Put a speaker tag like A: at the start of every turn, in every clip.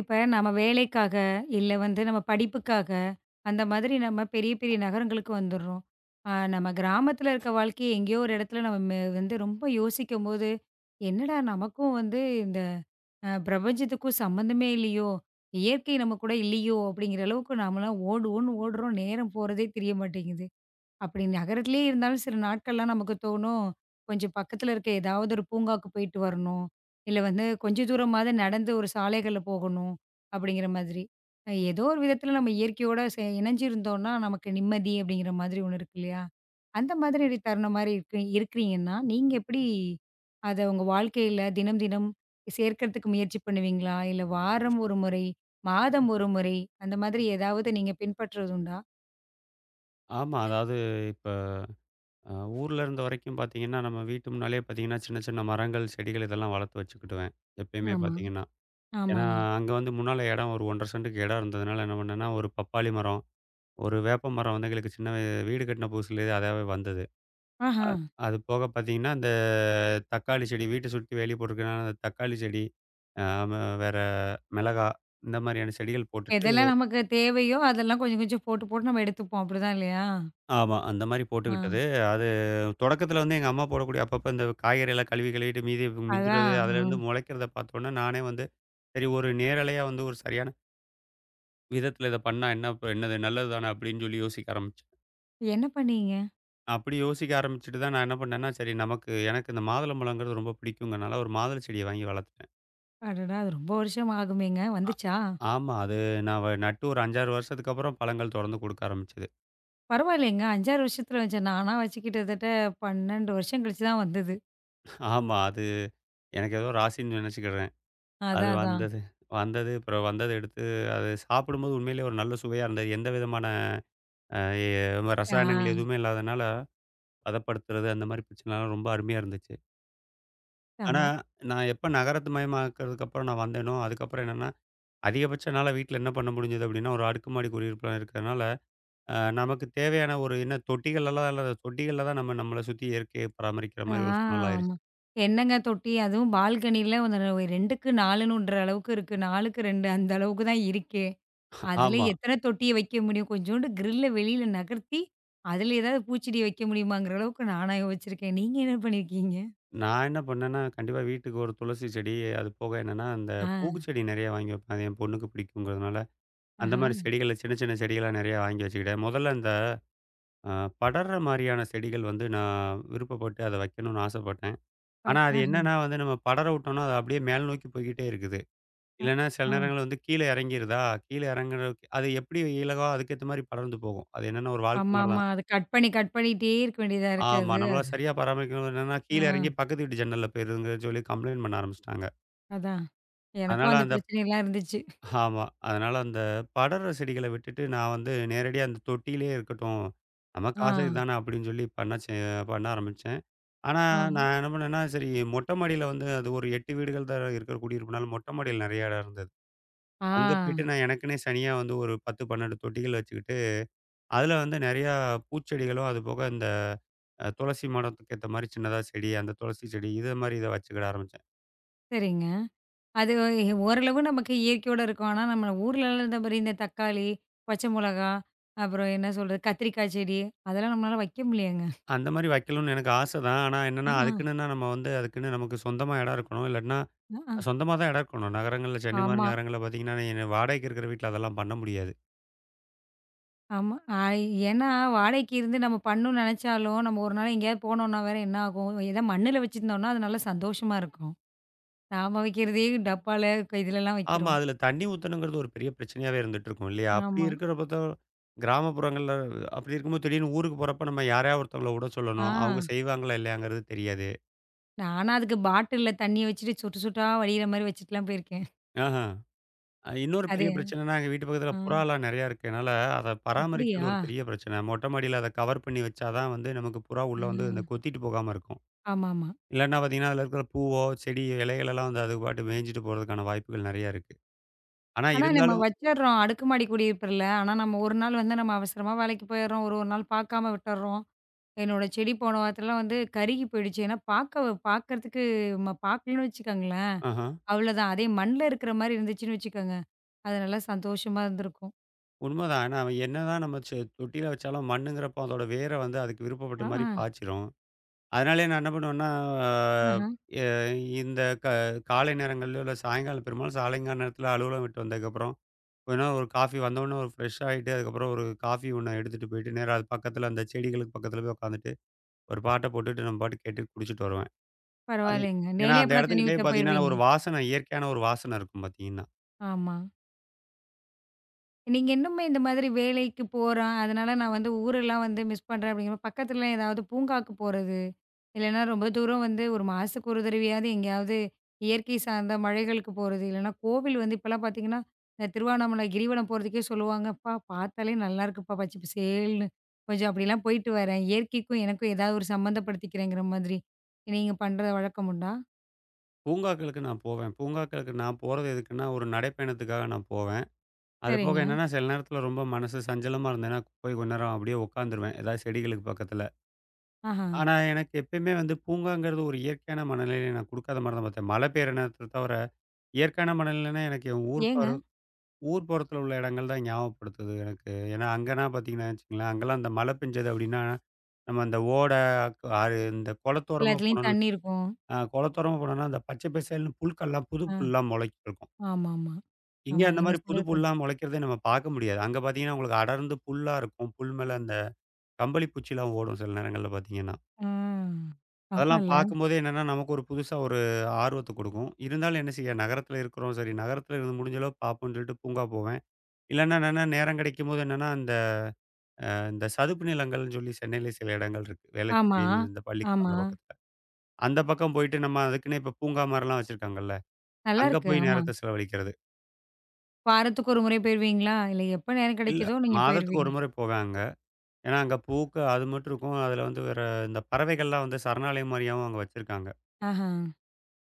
A: இப்ப நம்ம வேலைக்காக, இல்ல வந்து நம்ம படிப்புக்காக, அந்த மாதிரி நம்ம பெரிய பெரிய நகரங்களுக்கு வந்துடுறோம். நம்ம கிராமத்துல இருக்க வாழ்க்கைய எங்கேயோ ஒரு இடத்துல நம்ம வந்து ரொம்ப யோசிக்கும்போது, என்னடா நமக்கும் வந்து இந்த பிரபஞ்சத்துக்கும் சம்மந்தமே இல்லையோ! இயற்கை நம்ம கூட இல்லையோ! அப்படிங்கிற அளவுக்கு நாமலாம் ஓடு ஓடுன்னு ஓடுறோம். நேரம் போறதே தெரிய மாட்டேங்குது. அப்படி நகரத்திலேயே இருந்தாலும் சில நாட்கள்லாம் நமக்கு தோணும், கொஞ்சம் பக்கத்துல இருக்க ஏதாவது ஒரு பூங்காக்கு போயிட்டு வரணும். இல்ல வந்து கொஞ்ச தூரமாவது நடந்து ஒரு சாலைகள்ல போகணும், அப்படிங்கிற மாதிரி. ஏதோ ஒரு விதத்துல நம்ம இயற்கையோட இணைஞ்சிருந்தோம்னா, நமக்கு நிம்மதி அப்படிங்கிற மாதிரி ஒண்ணு இருக்கு இல்லையா? அந்த மாதிரி ஒரு தருணம் மாரி இருக்கிறீங்கன்னா, நீங்க எப்படி அத உங்க வாழ்க்கையில தினம், தினம் சேர்க்கிறதுக்கு முயற்சி பண்ணுவீங்களா? இல்ல வாரம் 1 முறை, மாதம் 1 முறை அந்த மாதிரி ஏதாவது நீங்க பின்பற்றுவது உண்டா?
B: ஆமா. அதாவது இப்ப அ ஊர்ல இருந்த வரைக்கும் பார்த்தீங்கன்னா, நம்ம வீட்டு முன்னாலயே பார்த்தீங்கன்னா, சின்ன சின்ன மரங்கள், செடிகள் இதெல்லாம் வளர்த்து வச்சுக்கிடுவேன். எப்பயுமே
A: ஆமா.
B: பார்த்தீங்கன்னா. ஏன்னா,
A: ஆமாங்க.
B: அங்க வந்து முன்னால இடம் ஒரு 1 1/2 சென்ட்டுக்கு இடம் இருந்ததுனால என்ன பண்ணேன்னா, ஒரு பப்பாளி மரம், ஒரு வேப்ப மரம் வந்து எங்களுக்கு சின்ன வ வீடு கட்டின புதுசுலயே அதாவே வந்தது. அ
A: ஆஹா.
B: அது போக பார்த்தீங்கன்னா, இந்த தக்காளி செடி வீட்ட சுத்தி வேலி போட்டிருக்கனால அந்த தக்காளி செடி, அ ம வேற மிளகா இந்த மாரியான செடிகள் போட்டுட்டு
A: எதெல்லாம் நமக்கு தேவையோ, அதெல்லாம் கொஞ்சம் கொஞ்சம் போட்டு, போட்டு நம்ம எடுத்துப்போம். அப்படிதான் இல்லையா?
B: ஆமா. அந்த மாரி
A: ஆ.
B: போட்டுக்கிட்டது. அது தொடக்கத்தில வந்து எங்க அம்மா போடக்கூடிய அப்பப்ப இந்த காய்கறிலாம் கழுவி கழுவிட்டு மிஞ்சுறது,
A: அதான். ம்.
B: அதுலேருந்து முளைக்கிறத பார்த்தோன்னே நானே வந்து, சரி ஒரு நேரலையா வந்து ஒரு சரியான விதத்தில இத பண்ணா என்ன இப்ப என்னது நல்லது தானே அப்படின்னு சொல்லி யோசிக்க ஆரம்பிச்சேன்.
A: என்ன பண்ணீங்க?
B: அப்படி யோசிக்க ஆரம்பிச்சுட்டு தான் நான் என்ன பண்ணேன்னா, சரி எனக்கு இந்த மாதுளம்பழங்கிறது ரொம்ப பிடிக்குங்கிறனால ஒரு மாதுளை செடிய வாங்கி வளர்த்துட்டேன்.
A: அடடா! அது ரொம்ப வருஷம் ஆகுமேங்க.
B: அ
A: வந்துச்சா?
B: ஆமா. அது நான் நட்டு ஒரு 5, 6 வருஷத்துக்கு அப்புறம் பழங்கள் தொடர்ந்து குடுக்க ஆரம்பிச்சது.
A: பரவாயில்லைங்க. 5, 6 வருஷத்துல வந்துச்சா? நானா வச்சு கிட்டத்தட்ட 12 வருஷம் கழிச்சு தான் வந்தது.
B: ஆமா. அது எனக்கு ஏதோ ராசின்னு நினைச்சுக்கிடறது. அது
A: அதான், அதான்.
B: வந்தது வந்தது. அப்புறம் வந்தத எடுத்து அது சாப்பிடும்போது உண்மையிலேயே ஒரு நல்ல சுவையா இருந்தது. எந்த விதமான அ எ
A: ஆ.
B: ரசாயனங்கள் எதுவுமே இல்லாதனால பதப்படுத்துறது, அந்த மாரி பிரச்சனைலாம் ரொம்ப அருமையா இருந்துச்சு. ஆனா,
A: செம்ம.
B: நான் எப்ப நகரத்து மயமாக்குறதுக்கு அப்புறம் நான் வந்தேனோ, அதுக்கப்புறம் என்னன்னா, அதிகபட்சம் என்னால வீட்ல என்ன பண்ண முடிஞ்சது அப்படின்னா, ஒரு அடுக்குமாடி குடியிருப்புல இருக்கிறதுனால, நமக்கு தேவையான ஒரு என்ன தொட்டிகள்லாம் இல்ல தொட்டிகள்ல தான் நம்ம நம்மள சுத்தி இயற்கையை பராமரிக்கிற
A: ஆ,
B: மாரி ஒரு சூழல் ஆயிருச்சு.
A: ஆமா. என்னங்க தொட்டி, அதுவும் பால்கனில 2க்கு 4ன்னுன்ற அளவுக்கு இருக்கு. 4க்கு 2 அந்த அளவுக்கு தான் இருக்கே. அதுல
B: ஆமா.
A: எத்தன தொட்டிய வைக்க முடியும்? கொஞ்சோண்டு கிரில்ல வெளியில நகர்த்தி, அதுல ஏதாவது பூச்செடி வைக்க முடியுமாங்கிற அளவுக்கு நானா யோசிச்சிருக்கேன். நீங்க என்ன பண்ணியிருக்கீங்க?
B: நான் என்ன பண்ணேன்னா, கண்டிப்பா வீட்டுக்கு ஒரு துளசி செடி, அது போக என்னன்னா, அந்த
A: ஆ,
B: பூச்செடி நெறைய வாங்கி வைப்பேன். அது என் பொண்ணுக்கு பிடிக்குங்கிறதுனால, அந்த
A: ஆஹா.
B: மாரி செடிகள சின்ன, சின்ன செடிகளா நெறைய வாங்கி வச்சுக்கிட்டேன். முதல்ல இந்த அ படர்ற மாரியான செடிகள் வந்து நான் விருப்பப்பட்டு அத வைக்கணும்னு ஆசைப்பட்டேன்.
A: பட்
B: ஆனா, அது என்னன்னா வந்து நம்ம படர விட்டோம்னா, அது அப்படியே மேல் நோக்கி போய்க்கிட்டே இருக்குது.
A: ஆஹா.
B: இல்லன்னா சில
A: ஆ.
B: நேரங்கள்ல வந்து கீழ இறங்கிருதா, கீழ இறங்குறதுக்கு அது எப்படி இலகுவோ அதுக்கேத்த மாரி படர்ந்து போகும். அது என்னன்னா ஒரு வாழ்க்கை மாரி
A: ஆமாமா.
B: தான்.
A: அது கட் பண்ணி, கட் பண்ணிட்டே இருக்க வேண்டியதா இருக்கு
B: ஆமா.
A: அது.
B: நம்மள சரியா பராமரிக்கணும் என்னன்னா,
A: ஆ,
B: கீழ இறங்கி பக்கத்து வீட்டு ஜன்னல்ல போயிருதுங்கன்னு சொல்லி கம்ப்ளைண்ட் பண்ண ஆரம்பிச்சுட்டாங்க.
A: அதான். எனக்கும்
B: அதனால
A: அந்த
B: அந்த
A: பிரச்சனைலாம் இருந்துச்சு.
B: ஆமா. அதனால அந்த படர்ற செடிகள விட்டுட்டு, நான் வந்து நேரடியா அந்த தொட்டியிலேயே இருக்கட்டும். நம்ம
A: ஆ,
B: காசுக்கு தானே அப்படின்னு சொல்லி பண்ண ஆரம்பிச்சேன். ஆனா,
A: ஆ,
B: நான் என்ன பண்ணேன்னா, சரி மொட்டை மாடியில வந்து அது ஒரு 8 வீடுகள் தான் இருக்கிற குடியிருப்புனால மொட்டை மாடியில நெறைய இடம் இருந்தது.
A: ஆ.
B: அங்க போயிட்டு நான் எனக்குன்னே தனியா வந்து ஒரு 10, 12 தொட்டிகள் வச்சுக்கிட்டு, அதுல வந்து நெறையா பூச்செடிகளும், அதுபோக இந்த துளசி மடத்துக்கு ஏத்த மாரி சின்னதா செடி, அந்த துளசி செடி இத மாரி இத வச்சுக்கிட ஆரம்பிச்சேன்.
A: சரிங்க. அது ஓரளவு நமக்கு இயற்கையோட இருக்கும். ஆனா நம்ம ஊர்லலாம் இருந்த மாரி இந்த தக்காளி, பச்சை மிளகா, அப்புறம் என்ன சொல்றது? கத்திரிக்காய் செடி, அதெல்லாம் நம்மளால வைக்க முடியலங்க.
B: அந்த மாரி வைக்கணும்னு எனக்கு ஆசை தான். ஆனா
A: அ,
B: என்னன்னா,
A: ஆ,
B: அதுக்குன்னுன்னா நம்ம வந்து அதுக்குன்னு நமக்கு சொந்தமா இடம் இருக்கணும். இல்லாட்டினா
A: அ, ஆ.
B: சொந்தமா தான் இடம் இருக்கணும். நகரங்கள்ல சென்னை மாரி
A: ஆமா,
B: நகரங்கள்ல பார்த்தீங்கன்னா, என்ன வாடகைக்கு இருக்கிற வீட்ல அதெல்லாம் பண்ண முடியாது.
A: ஆமா. ஏன்னா வாடகைக்கு இருந்து நம்ம பண்ணணும்னு நெனச்சாலும், நம்ம ஒரு நாள் எங்கேயாவது போனோம்னா வேற என்ன ஆகும்? ஏதோ மண்ணுல வச்சிருந்தோம்னா, அது நல்லா சந்தோஷமா இருக்கும். நாம வைக்கிறதே டப்பால க இதுலலாம்
B: ஆமா,
A: வைக்கிறோம்.
B: அதுல தண்ணி ஊத்தணுங்கிறது ஒரு பெரிய பிரச்சனையாவே இருந்துட்டு இருக்கும் இல்லையா? அப்படி
A: ஆமா.
B: இருக்கிறப்பத்த கிராமப்புறங்கள்ல அப்படி இருக்கும்போது திடீர்னு ஊருக்கு போறப்ப நம்ம யாரையாவது ஒருத்தவங்கள விட
A: ஆ,
B: சொல்லணும். அவங்க செய்வாங்களா இல்லையாங்கிறது தெரியாது.
A: நானா அதுக்கு பாட்டில்ல தண்ணிய வச்சுட்டு சொட்டு சொட்டா வடியிற மாரி வச்சுட்டுலாம் போயிருக்கேன்.
B: ஆஹா. இன்னொரு
A: அது,
B: பெரிய பிரச்சனைன்னா, எங்க வீட்டு பக்கத்துல
A: ஆ,
B: புறாலாம் நெறையா இருக்கனால, அத பராமரிக்கிறது
A: அப்படியா?
B: ஒரு பெரிய பிரச்சனை. மொட்டை மாடியில அத கவர் பண்ணி வச்சா தான் வந்து நமக்கு புறா
A: ஆ,
B: உள்ள வந்து இந்த கொத்திட்டு போகாம இருக்கும்.
A: ஆமாமா.
B: இல்லன்னா பார்த்தீங்கன்னா, அதுல இருக்கிற பூவோ, செடி இலைகளெல்லாம் வந்து அது பாட்டுக்கு மேய்ஞ்சுட்டு போறதுக்கான வாய்ப்புகள் நெறையா இருக்கு. ஆனா
A: ஆனா நம்ம
B: இருந்தாலும்
A: வச்சர்றோம் அடுக்குமாடி குடியிருப்புல. ஆனா நம்ம ஒரு நாள் வந்து நம்ம அவசரமா வேலைக்கு போயிர்றோம். ஒரு ஒரு நாள் பார்க்காம விட்டர்றோம். என்னோட செடி போன வாரத்துலலாம் வந்து கருகி போயிடுச்சு. ஏன்னா பார்க்க பார்க்கறதுக்கு நம்ம பார்க்கலன்னு வச்சுக்கோங்களேன்,
B: ஆஹா.
A: அவ்வளோதான். அதே மண்ல இருக்கிற மாரி இருந்துச்சுன்னு வச்சுக்கோங்க, அது நல்லா சந்தோஷமா இருந்திருக்கும்.
B: உண்மதான். ஆனா, அவன் என்னதான் நம்ம தொட்டியில வச்சாலும் மண்ணுங்கிறப்போ அதோட வேர வந்து அதுக்கு
A: அ,
B: விருப்பப்பட்ட மாரி
A: ஆ,
B: பாய்ச்சிரும். அதனாலயே நான் என்ன பண்ணுவேன்னா,
A: ஆஹ,
B: ஆஹ், எ இந்த காலை நேரங்கள்லயோ இல்ல சாயங்காலம் பெரும்பாலும் சாலைங்கால நேரத்தில அலுவலகம் விட்டு வந்ததுக்கப்புறம், கொஞ்ச நேரம் ஒரு காஃபி வந்தோனே ஒரு ஃப்ரெஷ் ஆயிட்டு, அதுக்கப்புறம் ஒரு காஃபி ஒண்ணு எடுத்துட்டு போயிட்டு, நேரா அது பக்கத்தில அந்த செடிகளுக்கு பக்கத்தில போய் உட்காந்துட்டு, ஒரு பாட்ட போட்டுட்டு நம்ம பாட்டுக்கு கேட்டுட்டு குடிச்சிட்டு வருவேன். அது
A: பரவாயில்லைங்க.
B: ஏன்னா
A: டெய்லியும்
B: அந்த
A: அப்பனா தண்ணி
B: இடத்துக்கிட்டயே
A: ஊத்த
B: பார்த்தீங்கன்னா,
A: போயிருவீங்க?
B: ஒரு வாசனை இயற்கையான ஒரு வாசனை இருக்கும் பார்த்தீங்கன்னா.
A: ஆமா. நீங்க இன்னுமே இந்த மாதிரி வேலைக்கு போறேன், அதனால நான் வந்து ஊரெல்லாம் வந்து மிஸ் பண்றேன் அப்படிங்கிற பக்கத்துல ஏதாவது பூங்காக்கு போறது, இல்லைன்னா ரொம்ப தூரம் வந்து 1 மாசத்துக்கு ஒரு தடவையாவது எங்கேயாவது இயற்கை சார்ந்த மலைகளுக்கு போறது, இல்லைன்னா கோவில் வந்து இப்பலாம் பார்த்தீங்கன்னா, இந்த திருவண்ணாமலை கிரிவலம் போறதுக்கே சொல்லுவாங்க, "அப்பா பார்த்தாலே நல்லா இருக்குப்பா பச்சை பசேல்னு. கொஞ்சம் அப்படிலாம் போயிட்டு வரேன். இயற்கைக்கும் எனக்கும் ஏதாவது ஒரு சம்மந்தப்படுத்திக்கிறேங்கிற மாதிரி." நீங்க பண்ற வழக்கம் உண்டா?
B: பூங்காக்களுக்கு நான் போவேன். பூங்காக்களுக்கு நான் போறது எதுக்குன்னா, ஒரு நடைப்பயணத்துக்காக நான் போவேன். அது போக
A: சரிங்க.
B: என்னன்னா, சில நேரத்தில ரொம்ப மனசு சஞ்சலமா இருந்தேன்னா, போய் கொஞ்ச நேரம் அப்படியே உட்காந்துருவேன். ஏதாவது செடிகளுக்கு பக்கத்தில.
A: ஆஹா.
B: ஆனா, எனக்கு எப்பயுமே வந்து பூங்காங்கிறது ஒரு இயற்கையான மனநிலையை நான் குடுக்காத மாரி தான் பார்த்தேன். மழை பெய்ற நேரத்த தவிர, இயற்கையான மனநிலைன்னா எனக்கு என் ஊர் பர
A: ஏங்க?
B: ஊர் புறத்தில உள்ள இடங்கள் தான் ஞாபகப்படுத்துது எனக்கு. ஏன்னா, அங்கன்னா பார்த்தீங்கன்னா வச்சுக்கங்களேன், அங்கலாம் அந்த மழை பெஞ்சது அப்படின்னா, நம்ம அந்த ஓடை, ஆறு இந்த குளத்தோரமா
A: எல்லாத்துலயும்
B: போனோம்னு
A: தண்ணி இருக்கும்.
B: குளத்தோரமா போனோம்னா, அந்த பச்சை பசேல்னு புல்கள்லாம் புது
A: ஆ.
B: புல்லாம் முளைச்சிருக்கும்.
A: ஆமாமா. ஆமா.
B: இங்க
A: ஆமா,
B: அந்த
A: நீங்க
B: மாரி புது
A: சொல்றது
B: புல்லாம் முளைக்கிறதே நம்ம பார்க்க முடியாது. அங்க பார்த்தீங்கன்னா, உங்களுக்கு அடர்ந்து புல்லா இருக்கும். புல் மேல அந்த கம்பளி பூச்சிலாம் ஓடும் சில நேரங்கள்ல பார்த்தீங்கன்னா.
A: ஆ.
B: அதெல்லாம்
A: ஆமால்ல.
B: பார்க்கும்போதே என்னன்னா, நமக்கு ஒரு புதுசா ஒரு ஆர்வத்த குடுக்கும். இருந்தாலும் என்ன செய்ய நகரத்தில இருக்கிறோம் சரி, நகரத்தில இருந்து முடிஞ்ச அளவு பார்ப்போம்ன்னு சொல்லிட்டு பூங்கா போவேன். இல்லன்னா என்னன்னா, நேரம் கிடைக்கும்போது என்னன்னா, இந்த சதுப்பு நிலங்கள்ன்னு சொல்லி சென்னையில சில இடங்கள் இருக்கு.
A: ஆமா,
B: வேளச்சேரி இந்த
A: ஆமா.
B: பள்ளிக்கரண பக்கத்துல. அந்த பக்கம் போயிட்டு நம்ம அதுக்குன்னே இப்ப பூங்கா மாரிலாம் வச்சிருக்காங்கல்ல. அங்க
A: நல்லாருக்கு.
B: போய்
A: ஆமா.
B: நேரத்த செலவழிக்கிறது.
A: வாரத்துக்கு ஒரு முறை போயிருவீங்களா? இல்ல எப்ப நேரம்
B: இல்ல
A: கிடைக்குதோ நீங்க
B: மாதத்துக்கு
A: போயிருவீங்க.
B: ஒரு முறை போவேன் அங்க. ஏன்னா, அங்க பூக்கு அது மட்டும் இருக்கும். அதுல வந்து வேற இந்த பறவைகள்லாம் வந்து சரணாலயம் மாரியாவும் அங்க வச்சிருக்காங்க.
A: ஆஹா.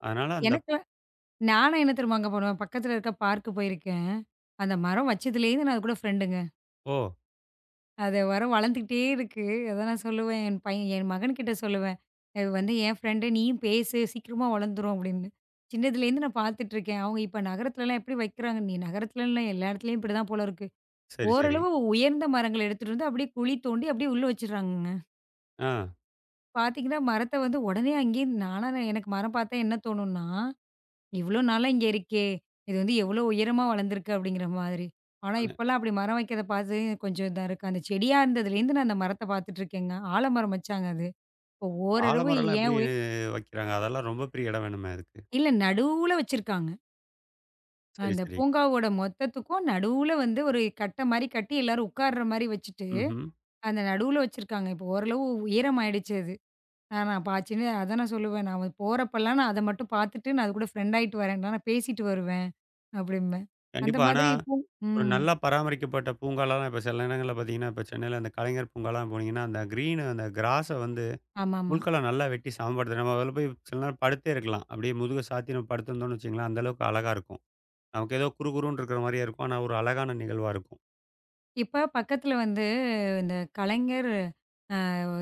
B: அதனால அந்த
A: எனக்குலாம் நானும் என்ன தெரியுமாங்க பண்ணுவேன், பக்கத்துல இருக்க பார்க்கு போயிருக்கேன். அந்த மரம் வச்சதுலேருந்து நான் அது கூட ஃப்ரெண்டுங்க.
B: ஓ!
A: அது மரம் வளர்ந்துக்கிட்டே இருக்கு. அதான் நான் சொல்லுவேன் என் பையன் என் மகன்கிட்ட சொல்லுவேன். "இது வந்து என் ஃப்ரெண்டு நீயும் பேசு சீக்கிரமா வளர்ந்துரும்" அப்படின்னு. சின்னதுலேருந்து நான் பார்த்துட்டுருக்கேன். அவங்க இப்ப நகரத்துலலாம் எப்படி வைக்கிறாங்க? நீ நகரத்துலன்னு இல்ல எல்லா இடத்துலயும் இப்படிதான் போல இருக்கு.
B: சரி, சரி.
A: ஓரளவு உயர்ந்த மரங்கள எடுத்துட்டு வந்து அப்படியே குழி தோண்டி அப்படியே உள்ள வச்சுடுறாங்கங்க.
B: ஆ.
A: பார்த்தீங்கன்னா, மரத்த வந்து உடனே அங்கேயே நானா நான் எனக்கு மரம் பார்த்தா என்ன தோணும்னா, "இவ்ளோ நாளா இங்க இருக்கே! இது வந்து எவ்ளோ உயரமா வளர்ந்திருக்கு" அப்படிங்கிற மாதிரி. ஆனா,
B: ஆனா
A: இப்பலாம் அப்படி மரம் வைக்கிறத பார்த்து கொஞ்சம் இதா இருக்கு. அந்த செடியா இருந்ததுலேருந்து நான் அந்த மரத்த பார்த்துட்டு இருக்கேங்க. ஆலமரம் வச்சாங்க அது. இப்போ ஓரளவு
B: ஆலமரம்லாம்
A: ஏன்
B: எப்படி
A: உய
B: வைக்கிறாங்க? அதெல்லாம் ரொம்ப பெரிய இடம் வேணுமே அதுக்கு.
A: இல்ல நடுவுல வச்சிருக்காங்க.
B: சரி,
A: அந்த
B: சரி.
A: பூங்காவோட மொத்தத்துக்கும் நடுவுல வந்து ஒரு கட்ட மாரி கட்டி எல்லாரும் உட்கார்ற மாரி வச்சுட்டு,
B: ம்ஹ்ம்.
A: அந்த நடுவுல வச்சிருக்காங்க. இப்போ ஓரளவு உயரம் ஆயிடுச்சு அது. ஆ நான் பாச்சின்னு அதான் நான் சொல்லுவேன். நான் போறப்பலாம் நான் அத மட்டும் பார்த்துட்டு, நான் அது கூட ஃப்ரெண்ட் ஆயிட்டு வரேன்டா, நான் பேசிட்டு வருவேன் அப்படிம்பேன். அந்த
B: கண்டிப்பா. ஆனா,
A: மாதிரி இப்போ
B: ஒரு
A: ம்.
B: நல்லா பராமரிக்கப்பட்ட பூங்காலாம் இப்ப சில நேரங்கள்ல பார்த்தீங்கன்னா, இப்ப சென்னையில அந்த கலைஞர் பூங்காலாம் போனீங்கன்னா, அந்த கிரீன் அந்த கிராஸ வந்து
A: ஆமாமா.
B: புற்கள நல்லா வெட்டி சமப்படுத்து. நம்ம அதுல போய் சில நேரம் படுத்தே இருக்கலாம். அப்படியே முதுக சாத்தி நம்ம படுத்திருந்தோம்னு வச்சுக்கங்களேன், அந்த அளவுக்கு அழகா இருக்கும். நமக்கு ஏதோ குறு குறுன்னு இருக்கிற மாரியே இருக்கும். ஆனா, ஒரு அழகான நிகழ்வா இருக்கும்.
A: இப்ப பக்கத்துல வந்து இந்த கலைஞர்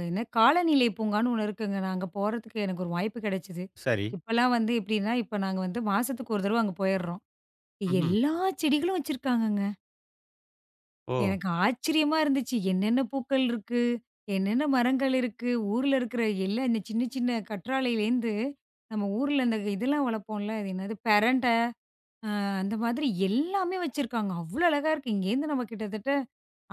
A: என்ன காலநிலை பூங்கான்னு ஒண்ணு இருக்குங்க. நான் அங்க போறதுக்கு எனக்கு ஒரு வாய்ப்பு கிடைச்சது.
B: சரி.
A: இப்பலாம் வந்து எப்படின்னா, இப்ப நாங்க வந்து மாசத்துக்கு ஒரு தடவ அங்க போயிடுறோம்.
B: ம்ஹ்ம்.
A: எல்லா செடிகளும் வச்சிருக்காங்கங்க.
B: ஓ!
A: எனக்கு ஆச்சரியமா இருந்துச்சு. என்னென்ன பூக்கள் இருக்கு? என்னென்ன மரங்கள் இருக்கு? ஊர்ல இருக்கிற எல்லா இந்த சின்ன சின்ன கற்றாழையிலேருந்து, நம்ம ஊர்ல இந்த இதெல்லாம் வளர்ப்போம்ல. அது என்னது பெரண்டை, அந்த மாதிரி எல்லாமே வச்சிருக்காங்க. அவ்ளோ அழகா இருக்கு. இங்கேருந்து நம்ம கிட்டத்தட்ட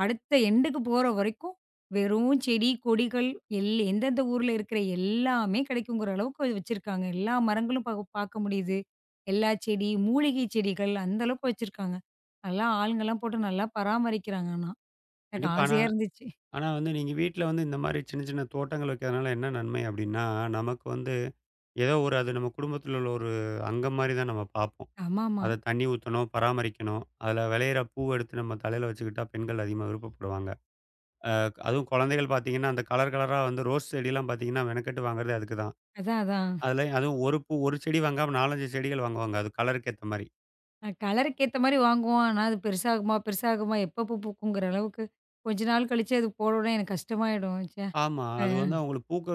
A: அடுத்த எண்டுக்கு போற வரைக்கும், வெறும் செடி, கொடிகள் எந்தெந்த ஊர்ல இருக்கிற எல்லாமே கிடைக்குங்கிற அளவுக்கு அது வச்சிருக்காங்க. எல்லா மரங்களும் பார்க்க முடியுது. எல்லா செடி, மூலிகை செடிகள் அந்த அளவுக்கு வச்சிருக்காங்க. நல்லா ஆளுங்கலாம் போட்டு நல்லா பராமரிக்கிறாங்க ஆனா. எனக்கு
B: கண்டிப்பா. ஆனா
A: ஆசையா இருந்துச்சு.
B: ஆனா வந்து நீங்க வீட்ல வந்து இந்த மாரி சின்ன சின்ன தோட்டங்கள் வைக்கிறதுனால என்ன நன்மை அப்டின்னா, நமக்கு வந்து ஏதோ ஒரு அது நம்ம குடும்பத்துல உள்ள ஒரு அங்கம் மாரி தான் நம்ம பார்ப்போம்.
A: ஆமாமா.
B: அத தண்ணி ஊத்தணும், பராமரிக்கணும். அதுல விளையிற பூவ எடுத்து நம்ம தலையில வச்சுக்கிட்டா பெண்கள் அதிகமா விருப்பப்படுவாங்க. அதுவும் குழந்தைகள் பார்த்தீங்கன்னா, அந்த கலர் கலரா வந்து ரோஸ் செடிலாம் பார்த்தீங்கன்னா, மெனக்கெட்டு வாங்குறதே அதுக்கு தான்.
A: அதான், அதான்.
B: அதுலயும் அதுவும் ஒரு பூ ஒரு செடி வாங்காம 4, 5 செடிகள் வாங்குவாங்க. அது கலருக்கு ஏத்த மாரி.
A: நான் கலருக்கு ஏத்த மாரி வாங்குவோம். ஆனா அது பெருசாகுமா, பெருசாகுமா, எப்ப பூக்குங்கிற அளவுக்கு கொஞ்ச நாள் கழிச்சு அது போடணும்னா எனக்கு கஷ்டமாயிடும். ச்சே!
B: ஆமா.
A: அ,
B: அது வந்து அவங்களுக்கு பூக்க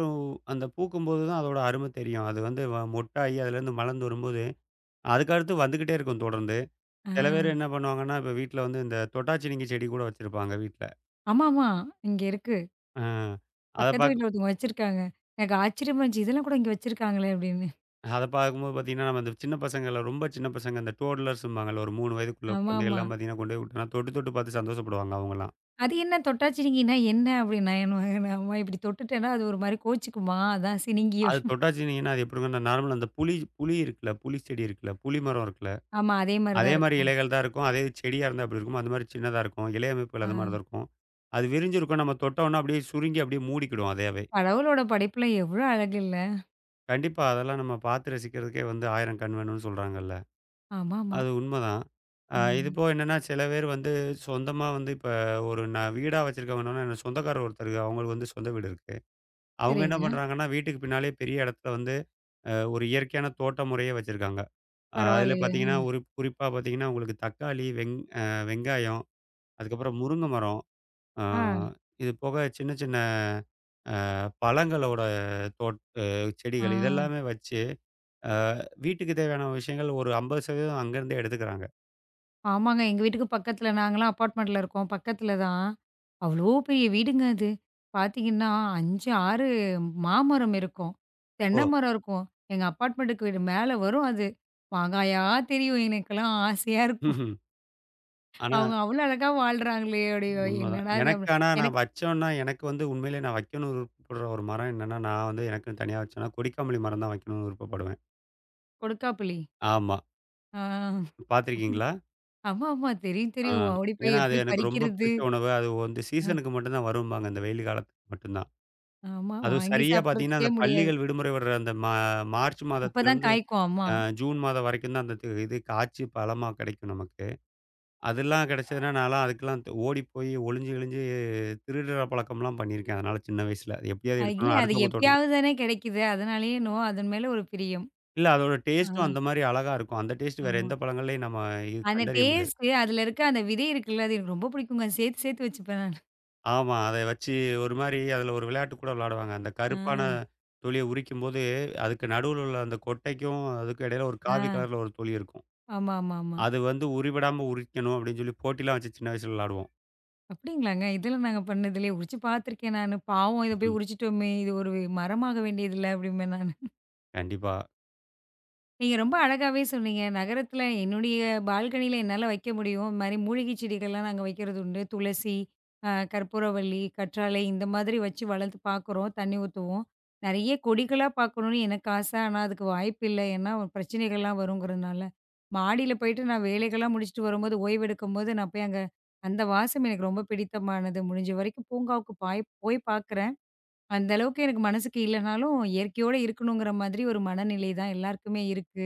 B: அந்த பூக்கும்போது தான் அதோட அரும தெரியும். அது வந்து மொட்டாயி அதுலேருந்து மலர்ந்து வரும்போது அதுக்கு அடுத்து வந்துகிட்டே இருக்கும் தொடர்ந்து.
A: ஆ.
B: சில பேர் என்ன பண்ணுவாங்கன்னா, இப்ப வீட்ல வந்து இந்த தொட்டாச்சினிங்கி செடி கூட வச்சிருப்பாங்க வீட்ல.
A: ஆமாமா. இங்க இருக்கு.
B: அ அத
A: பக்கத்து
B: பாக்
A: வீட்ல ஒருத்தவங்க வச்சிருக்காங்க. எனக்கு ஆச்சரியமா இருந்துச்சு. இதெல்லாம் கூட இங்க வச்சிருக்காங்களே! அப்படின்னு.
B: அத பார்க்கும்போது பார்த்தீங்கன்னா, நம்ம இந்த சின்ன பசங்கள ரொம்ப சின்ன பசங்க இந்த டோட்லர்ஸ்ம்பாங்கல்ல ஒரு 3 வயதுக்குள்ள
A: ஆமாமா.
B: குழந்தைகள்லாம் பார்த்தீங்கன்னா, கொண்டு போய் விட்டோம்னா தொட்டு, தொட்டு பார்த்து சந்தோஷப்படுவாங்க அவங்கலாம்.
A: அது என்ன தொட்டா சிணுங்கினா என்ன? அப்படின்னா என்ன ஆமா இப்படி தொட்டுட்டேன்னா அது ஒரு மாரி கோச்சுக்குமா, அதான் சிணுங்கி.
B: அது தொட்டாச்சினிங்கன்னா அது எப்படிங்கன்னா நார்மலா அந்த புளி புளி இருக்குல்ல, புளி செடி இருக்குல்ல, புளி மரம் இருக்குல்ல,
A: ஆமா அதே மாரி
B: அதே
A: தான்
B: மாரி
A: இருக்கும்.
B: இலைகள் தான் இருக்கும். அதே செடியா இருந்தா எப்படி இருக்கும்? அது மாரி சின்னதா இருக்கும். இலை அமைப்புகள் அது மாரி
A: ஆ
B: தான் இருக்கும். அது விரிஞ்சிருக்கும். நம்ம தொட்டோம்னா அப்படியே சுருங்கி அப்படியே மூடிக்கிடும் அதையவே.
A: கடவுளோட படைப்புல எவ்ளோ அழகு இல்ல?
B: கண்டிப்பா. அதெல்லாம் நம்ம பார்த்து ரசிக்கிறதுக்கே வந்து 1000 கண் வேணும்னு சொல்றாங்கல்ல.
A: ஆமாமா.
B: அது உண்மதான். இது
A: ம்.
B: போக என்னன்னா, சில பேர் வந்து சொந்தமா வந்து இப்ப ஒரு நான் வீடா வச்சிருக்கவங்க என்னன்னா, என்னோட சொந்தக்காரர் ஒருத்தருக்கு அவங்களுக்கு வந்து சொந்த வீடு இருக்கு. அவங்க என்ன
A: சரிங்க.
B: பண்றாங்கன்னா, வீட்டுக்கு பின்னாலயே பெரிய இடத்துல வந்து ஒரு இயற்கையான தோட்ட முறையே வச்சிருக்காங்க. அதில
A: பரவாயில்லையே.
B: பார்த்தீங்கன்னா, ஒரு குறிப்பா பார்த்தீங்கன்னா, உங்களுக்கு தக்காளி, வெங்காயம், அதுக்கப்புறம் முருங்க மரம், அ
A: ஆ,
B: இது போக சின்ன சின்ன அ பழங்களோட தோட் அ
A: ஆ.
B: செடிகள் இதெல்லாமே வச்சு அ வீட்டுக்கு தேவையான விஷயங்கள் ஒரு 50% அங்கருந்தே எடுத்துக்கிறாங்க.
A: ஆமாங்க. எங்க வீட்டுக்கு பக்கத்துல நாங்கலாம் அப்பார்ட்மெண்ட்ல இருக்கோம். பக்கத்துல தான். அவ்ளோ பெரிய வீடுங்க அது. பார்த்தீங்கன்னா, 5, 6 மாமரம் இருக்கும்.
B: ஓ!
A: தென்னை மரம் இருக்கும். எங்க அப்பார்ட்மெண்ட்டுக்கு வீடு மேல வரும் அது. மாங்காயா தெரியும். எனக்கெல்லாம் ஆசையா இருக்கும்.
B: ம்ஹ்ம். ஆனா
A: அவங்க அவ்ளோ அழகா வாழ்றாங்களே! அப்படியோ
B: உண்மதான்.
A: என்னடா இது
B: எனக்கு
A: அப்படி
B: ஆனா நான்
A: எனக்கு
B: வச்சோன்னா, எனக்கு வந்து உண்மையிலேயே நான் வைக்கணும்னு விருப்பப்படுற ஒரு மரம் என்னன்னா, நான் வந்து எனக்குன்னு தனியா வச்சேன்னா, கொடிக்காமலி மரம் தான் வைக்கணும்னு விருப்பப்படுவேன்.
A: கொடுக்காப்புளி.
B: ஆமா.
A: ஆ.
B: பார்த்துருக்கீங்களா?
A: ஆமாமா. தெரியும்,
B: ஆ.
A: தெரியும். ஓடி போய்
B: ஏன்னா அது
A: எப்படி
B: எனக்கு ரொம்ப
A: பறிக்கிறது?
B: பிடிச்ச உணவு. அது வந்து
A: அ,
B: சீசனுக்கு மட்டும் தான் வரும்பாங்க. இந்த வெயில் காலத்துக்கு மட்டும் தான்.
A: ஆமா.
B: அதுவும்
A: வாங்கி
B: சரியா பார்த்தீங்கன்னா,
A: சாப்பிடுறதுக்கே
B: அந்த
A: முடியாது.
B: பள்ளிகள் விடுமுறை விடுற அந்த மார்ச்
A: அப்பதான்
B: மாதத்துலருந்து
A: காய்க்கும். ஆமா.
B: அ ஜூன் மாதம் வரைக்கும் தான் அந்த இது காய்ச்சி பழமா கிடைக்கும் நமக்கு. அதெல்லாம் கிடைச்சதுனா, நான்லாம் அதுக்கெல்லாம் ஓடி போய் ஒளிஞ்சு கிழிஞ்சு திருடுற பழக்கம்லாம் பண்ணியிருக்கேன். அதனால சின்ன வயசுல. அது எப்படியாவது
A: இல்ல
B: எடுக்கணும்
A: அது
B: அடுத்தவங்க தோட்டத்து
A: எப்பயாவது தானே கிடைக்குது. அதனாலயே என்னவோ அதன் மேல ஒரு பிரியம்.
B: இல்ல அதோட டேஸ்ட்டும்
A: ஆ,
B: அந்த மாரி அழகா இருக்கும். அந்த டேஸ்ட் வேற
A: ஆமா.
B: எந்த பழங்கள்லயும் நம்ம இது
A: அந்த
B: கண்டறிய முடியாது.
A: டேஸ்ட்டு அதுல இருக்க அந்த விதை இருக்குல்ல, அது எனக்கு ரொம்ப பிடிக்குங்க. சேர்த்து சேர்த்து வச்சுப்பேன் நானு.
B: ஆமா. அத வச்சு ஒரு மாரி அதில ஒரு விளையாட்டு கூட விளையாடுவாங்க. அந்த
A: ஆ,
B: கருப்பான துளிய உரிக்கும்போது, அதுக்கு நடுவுல உள்ள அந்த கொட்டைக்கும், அதுக்கும் இடையில ஒரு
A: ஆ.
B: காவி கலர்ல ஒரு துளி இருக்கும்.
A: ஆமா, ஆமா, ஆமா.
B: அது வந்து உறிவிடாம உரிக்கணும் அப்படின்னு சொல்லி போட்டிலாம் வச்சு சின்ன வயசுல விளையாடுவோம்.
A: அப்படிங்களாங்க? இதெல்லாம் நாங்க பண்ணதில்லையே. உரிச்சு பார்த்துருக்கேன் நானு. பாவம் இத போய்
B: ம்.
A: உரிச்சுட்டோமே! இது ஒரு மரமாக வேண்டியதில்ல அப்படிம்பேன் நானு.
B: கண்டிப்பா.
A: நீங்க ரொம்ப அழகாவே சொன்னீங்க. நகரத்தில என்னுடைய பால்கனியில என்னால வைக்க முடியும். இது மாரி மூலிகை செடிகள்லாம் நாங்க வைக்கிறது உண்டு. துளசி, கற்பூரவள்ளி, கற்றாழை இந்த மாதிரி வச்சு வளர்த்து பார்க்குறோம். தண்ணி ஊத்துவோம். நெறைய கொடிகளா பார்க்கணும்னு எனக்கு ஆசை. ஆனா, அதுக்கு வாய்ப்பு இல்ல. ஏன்னா, ஒரு பிரச்சனைகள்லாம் வருங்கிறதுனால. மாடியில போயிட்டு நான் வேலைகள்லாம் முடிச்சுட்டு வரும்போது, ஓய்வெடுக்கும்போது நான் போய் அங்க அந்த வாசம் எனக்கு ரொம்ப பிடித்தமானது. முடிஞ்ச வரைக்கும் பூங்காவுக்கு போய் பார்க்குறேன். அந்த அளவுக்கு எனக்கு மனசுக்கு இல்லனாலும், இயற்கையோட இருக்கணுங்கிற மாதிரி ஒரு மனநிலை தான் எல்லாருக்குமே இருக்கு.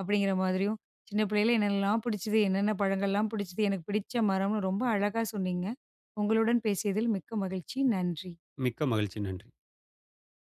A: அப்படிங்கிற மாதிரியும், சின்ன பிள்ளையில என்னெல்லாம் பிடிச்சது, என்னென்ன பழங்கள்லாம் பிடிச்சது, எனக்கு பிடிச்ச மரம்னு ரொம்ப அழகா சொன்னீங்க. உங்களுடன் பேசியதில் மிக்க மகிழ்ச்சி. நன்றி.
B: மிக்க மகிழ்ச்சி. நன்றி.